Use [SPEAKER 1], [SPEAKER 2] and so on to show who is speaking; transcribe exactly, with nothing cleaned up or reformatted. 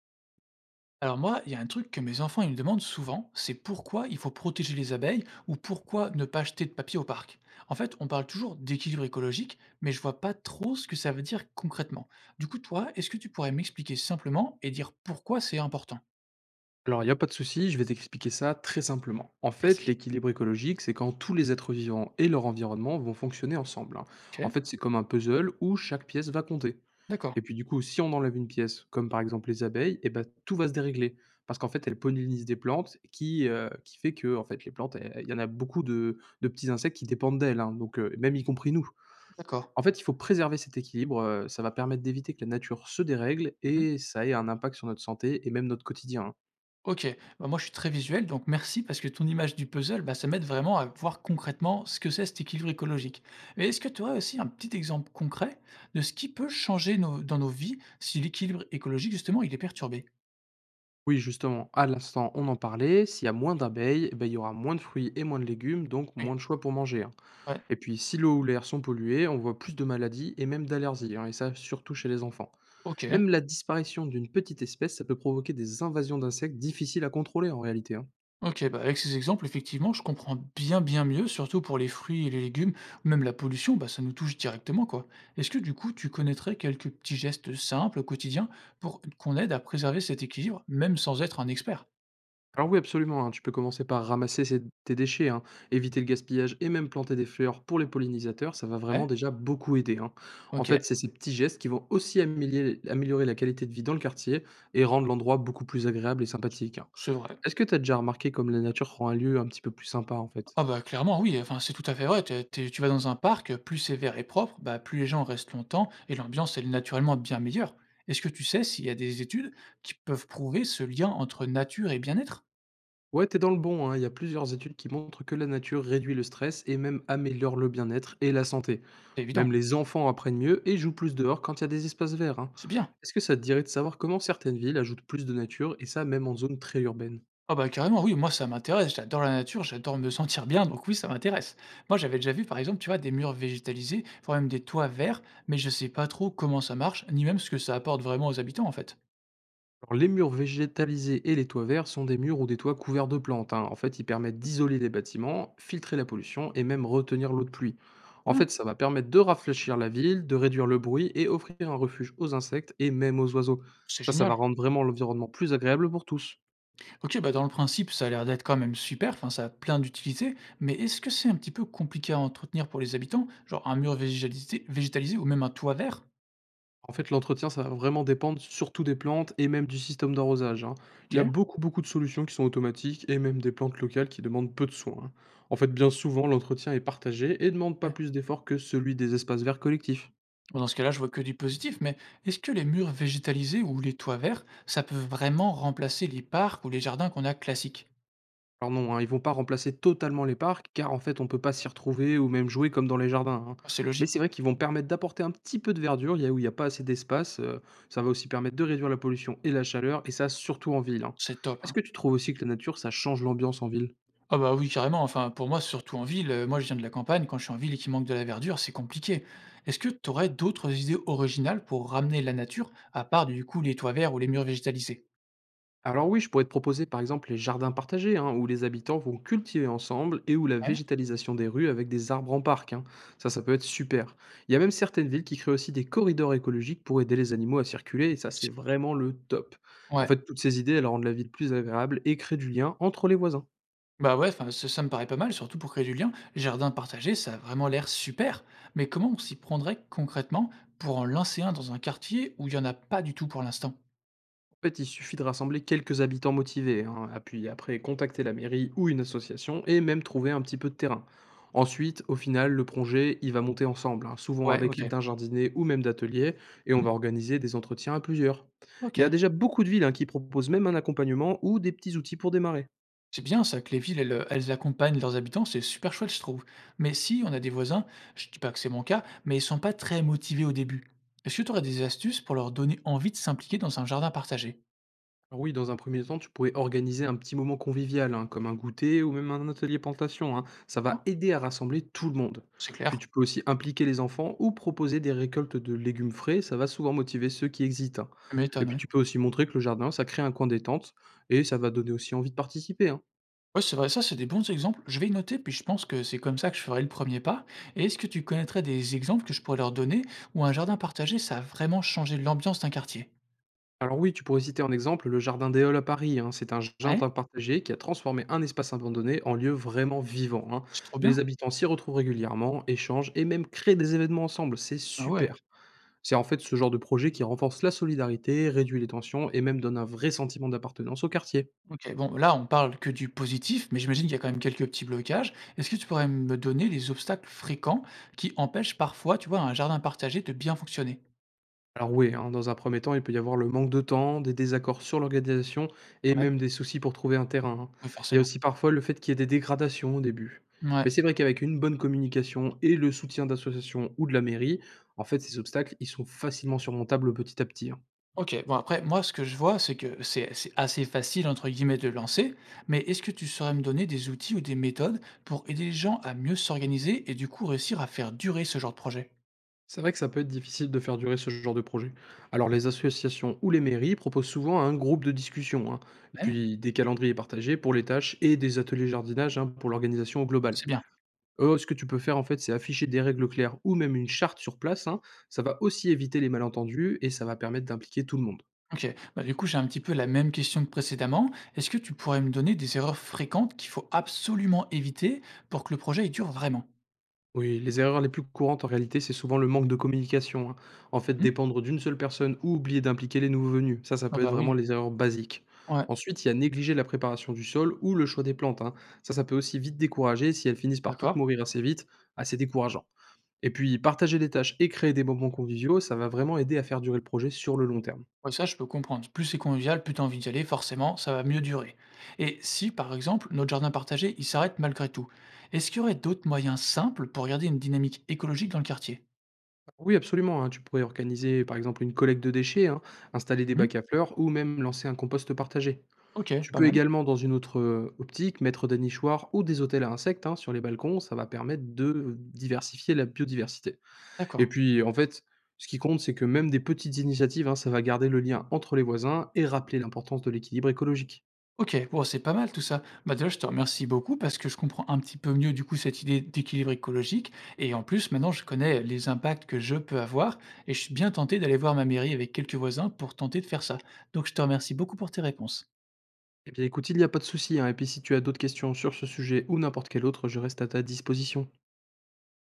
[SPEAKER 1] Alors moi, il y a un truc que mes enfants ils me demandent souvent, c'est pourquoi il faut protéger les abeilles ou pourquoi ne pas acheter de papier au parc. En fait, on parle toujours d'équilibre écologique, mais je vois pas trop ce que ça veut dire concrètement. Du coup, toi, est-ce que tu pourrais m'expliquer simplement et dire pourquoi c'est important?
[SPEAKER 2] Alors, il n'y a pas de souci, je vais t'expliquer ça très simplement. En fait,
[SPEAKER 1] Merci.
[SPEAKER 2] l'équilibre écologique, c'est quand tous les êtres vivants et leur environnement vont fonctionner ensemble, hein. En
[SPEAKER 1] Ok,
[SPEAKER 2] fait, c'est comme un puzzle où chaque pièce va compter.
[SPEAKER 1] d'accord,
[SPEAKER 2] Et puis du coup, si on enlève une pièce, comme par exemple les abeilles, eh ben, tout va se dérégler. Parce qu'en fait, elles pollinisent des plantes, qui, euh, qui fait que en fait, les plantes, elles- il y en a beaucoup de, de petits insectes qui dépendent d'elles, hein, donc, euh, même y compris nous.
[SPEAKER 1] d'accord.
[SPEAKER 2] En fait, il faut préserver cet équilibre, euh, ça va permettre d'éviter que la nature se dérègle
[SPEAKER 1] Mhm.
[SPEAKER 2] et ça ait un impact sur notre santé et même notre quotidien, hein.
[SPEAKER 1] OK. Bah, moi, je suis très visuel, donc merci parce que ton image du puzzle, bah, ça m'aide vraiment à voir concrètement ce que c'est cet équilibre écologique. Mais est-ce que tu aurais aussi un petit exemple concret de ce qui peut changer nos- dans nos vies si l'équilibre écologique, justement, il est perturbé?
[SPEAKER 2] Oui, justement, à l'instant, on en parlait, s'il y a moins d'abeilles, eh ben, il y aura moins de fruits et moins de légumes, donc
[SPEAKER 1] Oui.
[SPEAKER 2] moins de choix pour manger, hein.
[SPEAKER 1] Ouais.
[SPEAKER 2] Et puis, si l'eau ou l'air sont pollués, on voit plus de maladies et même d'allergies, hein, et ça surtout chez les enfants.
[SPEAKER 1] OK.
[SPEAKER 2] Même la disparition d'une petite espèce, ça peut provoquer des invasions d'insectes difficiles à contrôler en réalité, hein.
[SPEAKER 1] OK. Bah, avec ces exemples, effectivement, je comprends bien, bien mieux, surtout pour les fruits et les légumes, ou même la pollution, bah, ça nous touche directement, quoi. Est-ce que, du coup, tu connaîtrais quelques petits gestes simples au quotidien pour qu'on aide à préserver cet équilibre, même sans être un expert?
[SPEAKER 2] Alors oui, absolument, hein, tu peux commencer par ramasser ces- tes déchets, hein, éviter le gaspillage et même planter des fleurs pour les pollinisateurs, ça va vraiment
[SPEAKER 1] Ouais.
[SPEAKER 2] déjà beaucoup aider, hein. En
[SPEAKER 1] OK.
[SPEAKER 2] fait, c'est ces petits gestes qui vont aussi améliorer, améliorer la qualité de vie dans le quartier et rendre l'endroit beaucoup plus agréable et sympathique, hein.
[SPEAKER 1] C'est vrai.
[SPEAKER 2] Est-ce que tu as déjà remarqué comme la nature rend un lieu un petit peu plus sympa en fait?
[SPEAKER 1] Ah bah, clairement oui, enfin, c'est tout à fait vrai. Tu es tu vas dans un parc, heu, plus c'est vert et propre, bah, plus les gens restent longtemps et l'ambiance, elle est naturellement bien meilleure. Est-ce que tu sais s'il y a des études qui peuvent prouver ce lien entre nature et bien-être?
[SPEAKER 2] Ouais, t'es dans le bon, hein. Il y a plusieurs études qui montrent que la nature réduit le stress et même améliore le bien-être et la santé.
[SPEAKER 1] C'est
[SPEAKER 2] Même
[SPEAKER 1] évident,
[SPEAKER 2] les enfants apprennent mieux et jouent plus dehors quand il y a des espaces verts, hein.
[SPEAKER 1] c'est bien.
[SPEAKER 2] Est-ce que ça te dirait de savoir comment certaines villes ajoutent plus de nature et ça même en zone très urbaine?
[SPEAKER 1] Ah bah, carrément oui, moi ça m'intéresse, j'adore la nature, j'adore me sentir bien, donc oui, ça m'intéresse. Moi, j'avais déjà vu par exemple, tu vois, des murs végétalisés, voire même des toits verts, mais je sais pas trop comment ça marche, ni même ce que ça apporte vraiment aux habitants, en fait.
[SPEAKER 2] Alors, les murs végétalisés et les toits verts sont des murs ou des toits couverts de plantes, hein. En fait, ils permettent d'isoler les bâtiments, filtrer la pollution et même retenir l'eau de pluie.
[SPEAKER 1] Trop
[SPEAKER 2] En
[SPEAKER 1] bien,
[SPEAKER 2] fait, ça va permettre de rafraîchir la ville, de réduire le bruit et offrir un refuge aux insectes et même aux oiseaux.
[SPEAKER 1] c'est
[SPEAKER 2] Ça, ça va
[SPEAKER 1] génial.
[SPEAKER 2] rendre vraiment l'environnement plus agréable pour tous.
[SPEAKER 1] OK, bah, dans le principe, ça a l'air d'être quand même super, enfin, ça a plein d'utilités, mais est-ce que c'est un petit peu compliqué à entretenir pour les habitants? Genre un mur végétalisé végétalisé ou même un toit vert?
[SPEAKER 2] En fait, l'entretien, ça va vraiment dépendre surtout des plantes et même du système d'arrosage, hein. Il y a
[SPEAKER 1] OK,
[SPEAKER 2] beaucoup, beaucoup de solutions qui sont automatiques et même des plantes locales qui demandent peu de soins, hein. En fait, bien souvent, l'entretien est partagé et demande pas
[SPEAKER 1] ouais.
[SPEAKER 2] plus d'efforts que celui des espaces verts collectifs.
[SPEAKER 1] Bon, dans ce cas-là, je vois que du positif, mais est-ce que les murs végétalisés ou les toits verts, ça peut vraiment remplacer les parcs ou les jardins qu'on a classiques?
[SPEAKER 2] Alors non, hein, ils vont pas remplacer totalement les parcs, car en fait, on peut pas s'y retrouver ou même jouer comme dans les jardins, hein.
[SPEAKER 1] Ah, c'est
[SPEAKER 2] Mais
[SPEAKER 1] logique,
[SPEAKER 2] c'est vrai qu'ils vont permettre d'apporter un petit peu de verdure, il y a où il n'y a pas assez d'espace. Euh, ça va aussi permettre de réduire la pollution et la chaleur, et ça surtout en ville, hein.
[SPEAKER 1] c'est top,
[SPEAKER 2] Est-ce
[SPEAKER 1] hein.
[SPEAKER 2] que tu trouves aussi que la nature, ça change l'ambiance en ville?
[SPEAKER 1] Ah bah oui, carrément. Enfin, pour moi, surtout en ville. euh, Moi, je viens de la campagne. Quand je suis en ville et qu'il manque de la verdure, c'est compliqué. Est-ce que tu aurais d'autres idées originales pour ramener la nature, à part du coup les toits verts ou les murs végétalisés?
[SPEAKER 2] Alors oui, je pourrais te proposer par exemple les jardins partagés, hein, où les habitants vont cultiver ensemble et où la
[SPEAKER 1] Ouais.
[SPEAKER 2] végétalisation des rues avec des arbres en parc, hein. Ça, ça peut être super. Il y a même certaines villes qui créent aussi des corridors écologiques pour aider les animaux à circuler, et ça, c'est
[SPEAKER 1] c'est-
[SPEAKER 2] vraiment le top. En
[SPEAKER 1] Ouais.
[SPEAKER 2] fait, toutes ces idées, elles rendent la ville plus agréable et créent du lien entre les voisins.
[SPEAKER 1] Bah ouais, enfin, ça, ça me paraît pas mal, surtout pour créer du lien. Jardin partagé, ça a vraiment l'air super. Mais comment on s'y prendrait concrètement pour en lancer un dans un quartier où il n'y en a pas du tout pour l'instant?
[SPEAKER 2] En fait, il suffit de rassembler quelques habitants motivés, hein, ah, puis après contacter la mairie ou une association et même trouver un petit peu de terrain. Ensuite, au final, le projet, il va monter ensemble, hein, souvent
[SPEAKER 1] Ouais,
[SPEAKER 2] avec l'aide
[SPEAKER 1] ok.
[SPEAKER 2] d'un jardinier ou même d'atelier, et on
[SPEAKER 1] Mhm.
[SPEAKER 2] va organiser des entretiens à plusieurs.
[SPEAKER 1] Ok.
[SPEAKER 2] Il y a déjà beaucoup de villes, hein, qui proposent même un accompagnement ou des petits outils pour démarrer.
[SPEAKER 1] C'est bien ça que les villes, elles, heu, elles accompagnent leurs habitants, c'est super chouette, je trouve. Mais si on a des voisins, je dis pas que c'est mon cas, mais ils sont pas très motivés au début. Est-ce que tu aurais des astuces pour leur donner envie de s'impliquer dans un jardin partagé?
[SPEAKER 2] Alors oui, dans un premier temps, tu pourrais organiser un petit moment convivial, hein, comme un goûter ou même un atelier plantation, hein. Ça va
[SPEAKER 1] Ah,
[SPEAKER 2] aider à rassembler tout le monde.
[SPEAKER 1] c'est
[SPEAKER 2] Puis
[SPEAKER 1] clair,
[SPEAKER 2] tu peux aussi impliquer les enfants ou proposer des récoltes de légumes frais. Ça va souvent motiver ceux qui hésitent, hein.
[SPEAKER 1] tu
[SPEAKER 2] Et
[SPEAKER 1] m'étonnes,
[SPEAKER 2] puis
[SPEAKER 1] ouais.
[SPEAKER 2] tu peux aussi montrer que le jardin, ça crée un coin détente et ça va donner aussi envie de participer, hein.
[SPEAKER 1] Ouais, c'est vrai, ça, c'est des bons exemples. Je vais y noter, puis je pense que c'est comme ça que je ferai le premier pas. Et est-ce que tu connaîtrais des exemples que je pourrais leur donner où un jardin partagé, ça a vraiment changé l'ambiance d'un quartier?
[SPEAKER 2] Alors oui, tu pourrais citer en exemple le jardin des Halles à Paris, hein. C'est un jardin
[SPEAKER 1] Ouais,
[SPEAKER 2] partagé qui a transformé un espace abandonné en lieu vraiment vivant, hein.
[SPEAKER 1] c'est trop
[SPEAKER 2] Les
[SPEAKER 1] bien.
[SPEAKER 2] habitants s'y retrouvent régulièrement, échangent et même créent des événements ensemble. C'est
[SPEAKER 1] Ah
[SPEAKER 2] super.
[SPEAKER 1] ouais.
[SPEAKER 2] C'est en fait ce genre de projet qui renforce la solidarité, réduit les tensions et même donne un vrai sentiment d'appartenance au quartier.
[SPEAKER 1] OK, bon, là, on parle que du positif, mais j'imagine qu'il y a quand même quelques petits blocages. Est-ce que tu pourrais me donner les obstacles fréquents qui empêchent parfois, tu vois, un jardin partagé de bien fonctionner?
[SPEAKER 2] Alors oui, hein, dans un premier temps, il peut y avoir le manque de temps, des désaccords sur l'organisation et
[SPEAKER 1] Ouais,
[SPEAKER 2] même des soucis pour trouver un terrain, hein.
[SPEAKER 1] oui,
[SPEAKER 2] Il y a
[SPEAKER 1] forcément.
[SPEAKER 2] aussi parfois le fait qu'il y ait des dégradations au début. Mais
[SPEAKER 1] Ouais.
[SPEAKER 2] c'est vrai qu'avec une bonne communication et le soutien d'associations ou de la mairie, en fait, ces obstacles, ils sont facilement surmontables petit à petit, hein.
[SPEAKER 1] OK, bon, après, moi, ce que je vois, c'est que c'est c'est «assez facile» entre guillemets de lancer, mais est-ce que tu saurais me donner des outils ou des méthodes pour aider les gens à mieux s'organiser et du coup réussir à faire durer ce genre de projet?
[SPEAKER 2] C'est vrai que ça peut être difficile de faire durer ce genre de projet. Alors les associations ou les mairies proposent souvent un groupe de discussion, hein, et
[SPEAKER 1] Ouais,
[SPEAKER 2] puis des calendriers partagés pour les tâches et des ateliers jardinage, hein, pour l'organisation globale.
[SPEAKER 1] c'est bien.
[SPEAKER 2] Euh, ce que tu peux faire en fait, c'est afficher des règles claires ou même une charte sur place, hein. Ça va aussi éviter les malentendus et ça va permettre d'impliquer tout le monde.
[SPEAKER 1] OK. Bah, du coup, j'ai un petit peu la même question que précédemment. Est-ce que tu pourrais me donner des erreurs fréquentes qu'il faut absolument éviter pour que le projet il dure vraiment?
[SPEAKER 2] Oui, les erreurs les plus courantes en réalité, c'est souvent le manque de communication, hein. En fait,
[SPEAKER 1] Mmh?
[SPEAKER 2] dépendre d'une seule personne ou oublier d'impliquer les nouveaux venus. Ça, ça
[SPEAKER 1] Ah
[SPEAKER 2] peut être
[SPEAKER 1] bah
[SPEAKER 2] vraiment
[SPEAKER 1] oui.
[SPEAKER 2] les erreurs basiques.
[SPEAKER 1] Ouais,
[SPEAKER 2] Ensuite, il y a négliger la préparation du sol ou le choix des plantes, hein. Ça, ça peut aussi vite décourager si elles finissent par toutes
[SPEAKER 1] d'accord.
[SPEAKER 2] mourir assez vite, assez décourageant. Et puis, partager les tâches et créer des moments conviviaux, ça va vraiment aider à faire durer le projet sur le long terme.
[SPEAKER 1] Ouais, ça, je peux comprendre. Plus c'est convivial, plus t'as envie d'y aller, forcément, ça va mieux durer. Et si, par exemple, notre jardin partagé, il s'arrête malgré tout, est-ce qu'il y aurait d'autres moyens simples pour garder une dynamique écologique dans le quartier?
[SPEAKER 2] Oui, absolument, hein. Tu pourrais organiser, par exemple, une collecte de déchets, hein, installer des
[SPEAKER 1] Mmh.
[SPEAKER 2] bacs à fleurs ou même lancer un compost partagé.
[SPEAKER 1] OK,
[SPEAKER 2] Tu
[SPEAKER 1] pas
[SPEAKER 2] peux
[SPEAKER 1] mal.
[SPEAKER 2] également, dans une autre, heu, optique, mettre des nichoirs ou des hôtels à insectes, hein, sur les balcons. Ça va permettre de diversifier la biodiversité et
[SPEAKER 1] D'accord.
[SPEAKER 2] puis, en fait, ce qui compte, c'est que même des petites initiatives, hein, ça va garder le lien entre les voisins et rappeler l'importance de l'équilibre écologique.
[SPEAKER 1] OK, bon, c'est pas mal tout ça. Bah, déjà, je te remercie beaucoup parce que je comprends un petit peu mieux, du coup, cette idée d'équilibre écologique et en plus, maintenant, je connais les impacts que je peux avoir et je suis bien tenté d'aller voir ma mairie avec quelques voisins pour tenter de faire ça. Donc, je te remercie beaucoup pour tes réponses.
[SPEAKER 2] Eh bien, écoute, il n'y a pas de souci, hein, et puis si tu as d'autres questions sur ce sujet ou n'importe quel autre, je reste à ta disposition.